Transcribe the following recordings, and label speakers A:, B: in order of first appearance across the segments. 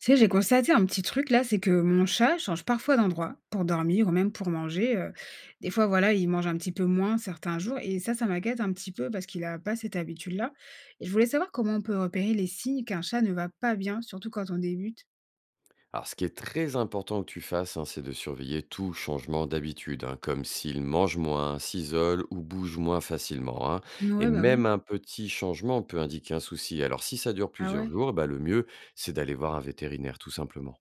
A: Tu sais, j'ai constaté un petit truc là, c'est que mon chat change parfois d'endroit pour dormir ou même pour manger. Des fois, voilà, il mange un petit peu moins certains jours et ça m'inquiète un petit peu parce qu'il n'a pas cette habitude-là. Et je voulais savoir comment on peut repérer les signes qu'un chat ne va pas bien, surtout quand on débute.
B: Alors, ce qui est très important que tu fasses, hein, c'est de surveiller tout changement d'habitude, hein, comme s'il mange moins, s'isole ou bouge moins facilement, hein. Et
A: Ouais, bah oui.
B: même un petit changement peut indiquer un souci. Alors, si ça dure
A: Ah
B: plusieurs
A: ouais.
B: jours, bah, le mieux, c'est d'aller voir un vétérinaire, tout simplement.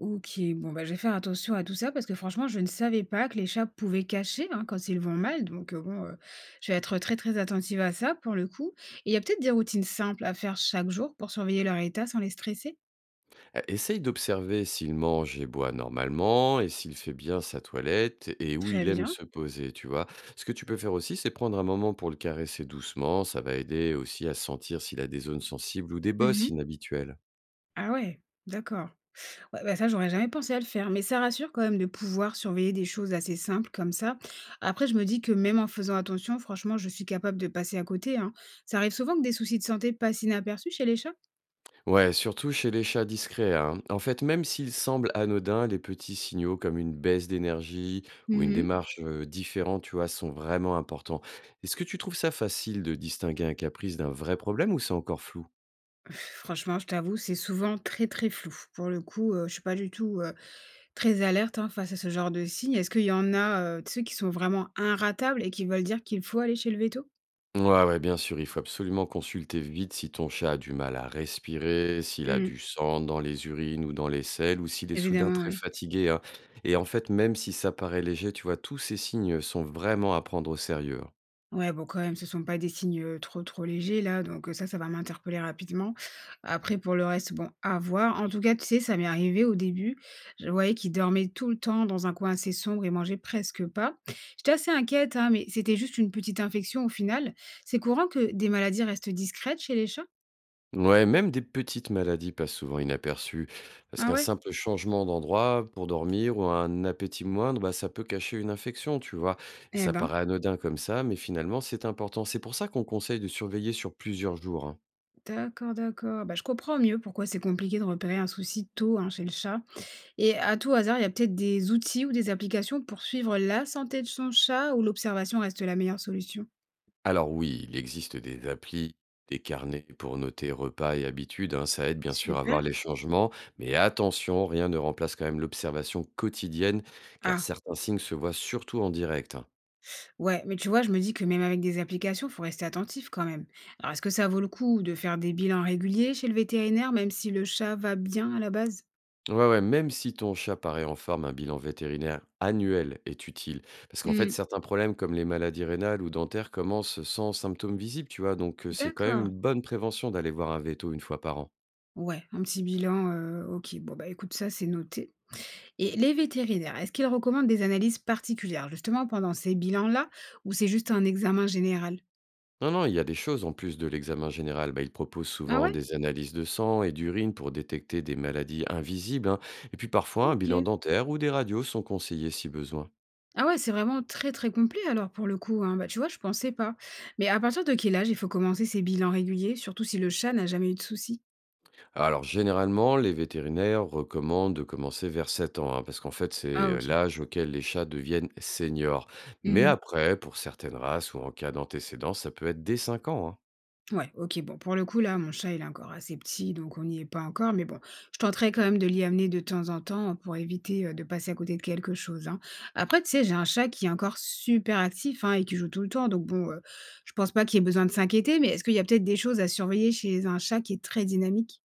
A: Ok, bon, bah, je vais faire attention à tout ça parce que franchement, je ne savais pas que les chats pouvaient cacher, hein, quand ils vont mal. Donc, bon, je vais être très, très attentive à ça pour le coup. Et il y a peut-être des routines simples à faire chaque jour pour surveiller leur état sans les stresser.
B: Essaye d'observer s'il mange et boit normalement, et s'il fait bien sa toilette, et où
A: Très
B: il aime
A: bien.
B: se poser, tu vois. Ce que tu peux faire aussi, c'est prendre un moment pour le caresser doucement. Ça va aider aussi à sentir s'il a des zones sensibles ou des bosses
A: Mmh.
B: inhabituelles.
A: Ah ouais, d'accord. Ouais, bah, ça, j'aurais jamais pensé à le faire, mais ça rassure quand même de pouvoir surveiller des choses assez simples comme ça. Après, je me dis que même en faisant attention, franchement, je suis capable de passer à côté, hein. Ça arrive souvent que des soucis de santé passent inaperçus chez les chats?
B: Ouais, surtout chez les chats discrets, hein. En fait, même s'ils semblent anodins, les petits signaux comme une baisse d'énergie ou une
A: Mmh.
B: démarche différente, tu vois, sont vraiment importants. Est-ce que tu trouves ça facile de distinguer un caprice d'un vrai problème ou c'est encore flou?
A: Franchement, je t'avoue, c'est souvent très, très flou. Pour le coup, je suis pas du tout, très alerte, hein, face à ce genre de signes. Est-ce qu'il y en a, tu qui sont vraiment inratables et qui veulent dire qu'il faut aller chez le véto?
B: Ouais, ouais, bien sûr, il faut absolument consulter vite si ton chat a du mal à respirer, s'il a
A: Mmh.
B: du sang dans les urines ou dans les selles, ou s'il est soudain
A: Évidemment,
B: très
A: oui.
B: fatigué, hein. Et en fait, même si ça paraît léger, tu vois, tous ces signes sont vraiment à prendre au sérieux, hein.
A: Ouais, bon, quand même, ce sont pas des signes, trop, trop légers là, donc ça, ça va m'interpeller rapidement. Après pour le reste, bon, à voir. En tout cas, tu sais, ça m'est arrivé au début, je voyais qu'il dormait tout le temps dans un coin assez sombre et mangeait presque pas. J'étais assez inquiète, hein, mais c'était juste une petite infection au final. C'est courant que des maladies restent discrètes chez les chats?
B: Ouais, même des petites maladies passent souvent inaperçues, parce
A: Ah
B: qu'un
A: ouais?
B: simple changement d'endroit pour dormir ou un appétit moindre, bah, ça peut cacher une infection, tu vois. Et
A: Eh
B: ça
A: ben,
B: paraît anodin comme ça, mais finalement, c'est important. C'est pour ça qu'on conseille de surveiller sur plusieurs jours, hein.
A: d'accord, d'accord. Bah, je comprends mieux pourquoi c'est compliqué de repérer un souci tôt, hein, chez le chat. Et à tout hasard, il y a peut-être des outils ou des applications pour suivre la santé de son chat ou l'observation reste la meilleure solution?
B: Alors oui, il existe des applis, des carnets pour noter repas et habitudes, hein. Ça aide bien sûr à voir
A: Super.
B: les changements, mais attention, rien ne remplace quand même l'observation quotidienne, car
A: Ah,
B: certains signes se voient surtout en direct, hein.
A: ouais, mais tu vois, je me dis que même avec des applications, faut rester attentif quand même. Alors, est-ce que ça vaut le coup de faire des bilans réguliers chez le vétérinaire, même si le chat va bien à la base?
B: Ouais, ouais, même si ton chat paraît en forme, un bilan vétérinaire annuel est utile. Parce qu'en fait,
A: Hmm.
B: certains problèmes comme les maladies rénales ou dentaires commencent sans symptômes visibles, tu vois. Donc, c'est quand même
A: D'accord.
B: une bonne prévention d'aller voir un veto une fois par an.
A: Ouais, un petit bilan, ok. Bon, bah écoute, ça, c'est noté. Et les vétérinaires, est-ce qu'ils recommandent des analyses particulières justement pendant ces bilans-là ou c'est juste un examen général?
B: Non, non, il y a des choses en plus de l'examen général. Bah, ils proposent
A: Ah
B: souvent
A: ouais?
B: des analyses de sang et d'urine pour détecter des maladies invisibles, hein. Et puis parfois, un bilan
A: Ok.
B: dentaire ou des radios sont conseillés si besoin.
A: Ah ouais, c'est vraiment très, très complet alors pour le coup, hein. Bah, tu vois, je pensais pas. Mais à partir de quel âge il faut commencer ces bilans réguliers, surtout si le chat n'a jamais eu de soucis?
B: Alors généralement, les vétérinaires recommandent de commencer vers 7 ans, hein, parce qu'en fait
A: Ah
B: c'est
A: ok.
B: l'âge auquel les chats deviennent seniors. Mais
A: Mhm.
B: après, pour certaines races ou en cas d'antécédent, ça peut être dès 5 ans, hein.
A: Ouais, ok, bon, pour le coup, là, mon chat, il est encore assez petit, donc on n'y est pas encore, mais bon, je tenterai quand même de l'y amener de temps en temps pour éviter de passer à côté de quelque chose, hein. Après, tu sais, j'ai un chat qui est encore super actif, hein, et qui joue tout le temps, donc bon, je pense pas qu'il y ait besoin de s'inquiéter, mais est-ce qu'il y a peut-être des choses à surveiller chez un chat qui est très dynamique?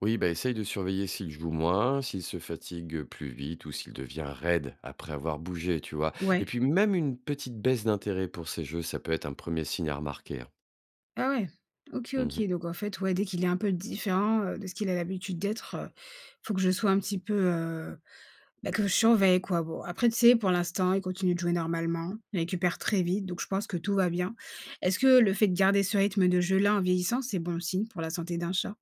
B: Oui, bah essaye de surveiller s'il joue moins, s'il se fatigue plus vite ou s'il devient raide après avoir bougé, tu vois. Et
A: Ouais.
B: puis même une petite baisse d'intérêt pour ces jeux, ça peut être un premier signe à remarquer, hein.
A: Ah ouais. OK, OK.
B: Mhm.
A: Donc en fait, ouais, dès qu'il est un peu différent, de ce qu'il a l'habitude d'être, faut que je sois un petit peu, bah, que je surveille quoi. Bon, après tu sais, pour l'instant, il continue de jouer normalement, il récupère très vite, donc je pense que tout va bien. Est-ce que le fait de garder ce rythme de jeu-là en vieillissant, c'est bon signe pour la santé d'un chat?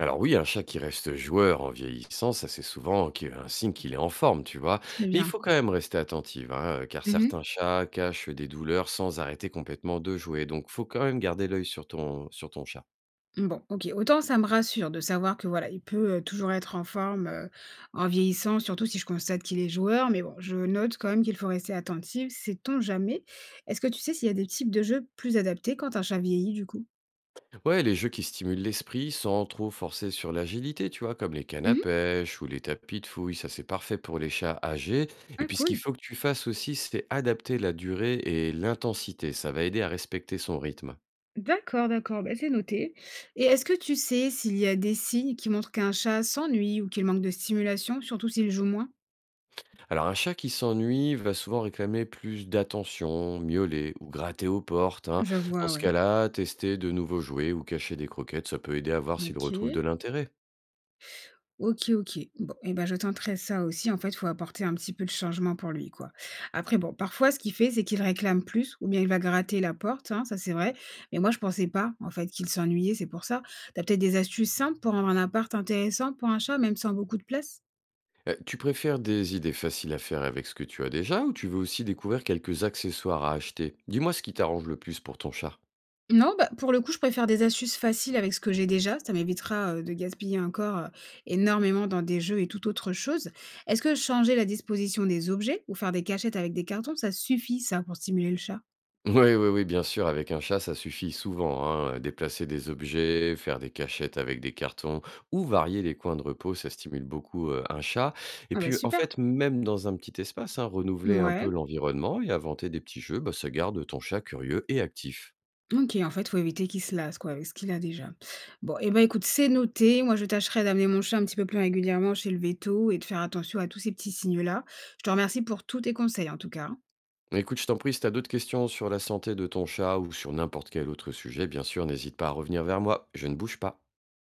B: Alors oui, un chat qui reste joueur en vieillissant, ça c'est souvent un signe qu'il est en forme, tu vois.
A: Très
B: Mais il
A: bien.
B: faut quand même rester attentif, hein, car
A: Mmh.
B: certains chats cachent des douleurs sans arrêter complètement de jouer. Donc faut quand même garder l'œil sur sur ton chat.
A: Bon, OK, autant ça me rassure de savoir que voilà, il peut, toujours être en forme, en vieillissant, surtout si je constate qu'il est joueur, mais bon, je note quand même qu'il faut rester attentif, sait-on jamais. Est-ce que tu sais s'il y a des types de jeux plus adaptés quand un chat vieillit, du coup?
B: Ouais, les jeux qui stimulent l'esprit sans trop forcer sur l'agilité, tu vois, comme les cannes à
A: Mmh.
B: pêche ou les tapis de fouille, ça c'est parfait pour les chats âgés. Et
A: Ah
B: puis ce qu'il
A: cool.
B: faut que tu fasses aussi, c'est adapter la durée et l'intensité. Ça va aider à respecter son rythme.
A: D'accord, d'accord, bah, c'est noté. Et est-ce que tu sais s'il y a des signes qui montrent qu'un chat s'ennuie ou qu'il manque de stimulation, surtout s'il joue moins?
B: Alors, un chat qui s'ennuie va souvent réclamer plus d'attention, miauler ou gratter aux portes, hein.
A: Je
B: Dans
A: vois,
B: ce
A: ouais.
B: cas-là, tester de nouveaux jouets ou cacher des croquettes, ça peut aider à voir s'il retrouve de
A: OK.
B: l'intérêt.
A: OK, OK. Bon et ben je tenterai ça aussi. En fait, il faut apporter un petit peu de changement pour lui, quoi. Après bon, parfois ce qu'il fait, c'est qu'il réclame plus ou bien il va gratter la porte, hein, ça c'est vrai. Mais moi je pensais pas en fait qu'il s'ennuyait, c'est pour ça. T'as peut-être des astuces simples pour rendre un appart intéressant pour un chat, même sans beaucoup de place?
B: Tu préfères des idées faciles à faire avec ce que tu as déjà ou tu veux aussi découvrir quelques accessoires à acheter? Dis-moi ce qui t'arrange le plus pour ton chat.
A: Non, bah, pour le coup, je préfère des astuces faciles avec ce que j'ai déjà. Ça m'évitera, de gaspiller encore, énormément dans des jeux et toute autre chose. Est-ce que changer la disposition des objets ou faire des cachettes avec des cartons, ça suffit ça pour stimuler le chat?
B: Oui, oui, oui, bien sûr, avec un chat, ça suffit souvent, hein. Déplacer des objets, faire des cachettes avec des cartons ou varier les coins de repos, ça stimule beaucoup un chat. Et
A: Ah bah,
B: puis, en
A: super!
B: fait, même dans un petit espace, hein, renouveler un peu
A: Ouais,
B: l'environnement et inventer des petits jeux, bah, ça garde ton chat curieux et actif.
A: OK, en fait, faut éviter qu'il se lasse, quoi, avec ce qu'il a déjà. Bon et ben, écoute, c'est noté. Moi, je tâcherai d'amener mon chat un petit peu plus régulièrement chez le véto et de faire attention à tous ces petits signes-là. Je te remercie pour tous tes conseils, en tout cas.
B: Écoute, je t'en prie, si t'as d'autres questions sur la santé de ton chat ou sur n'importe quel autre sujet, bien sûr, n'hésite pas à revenir vers moi. Je ne bouge pas.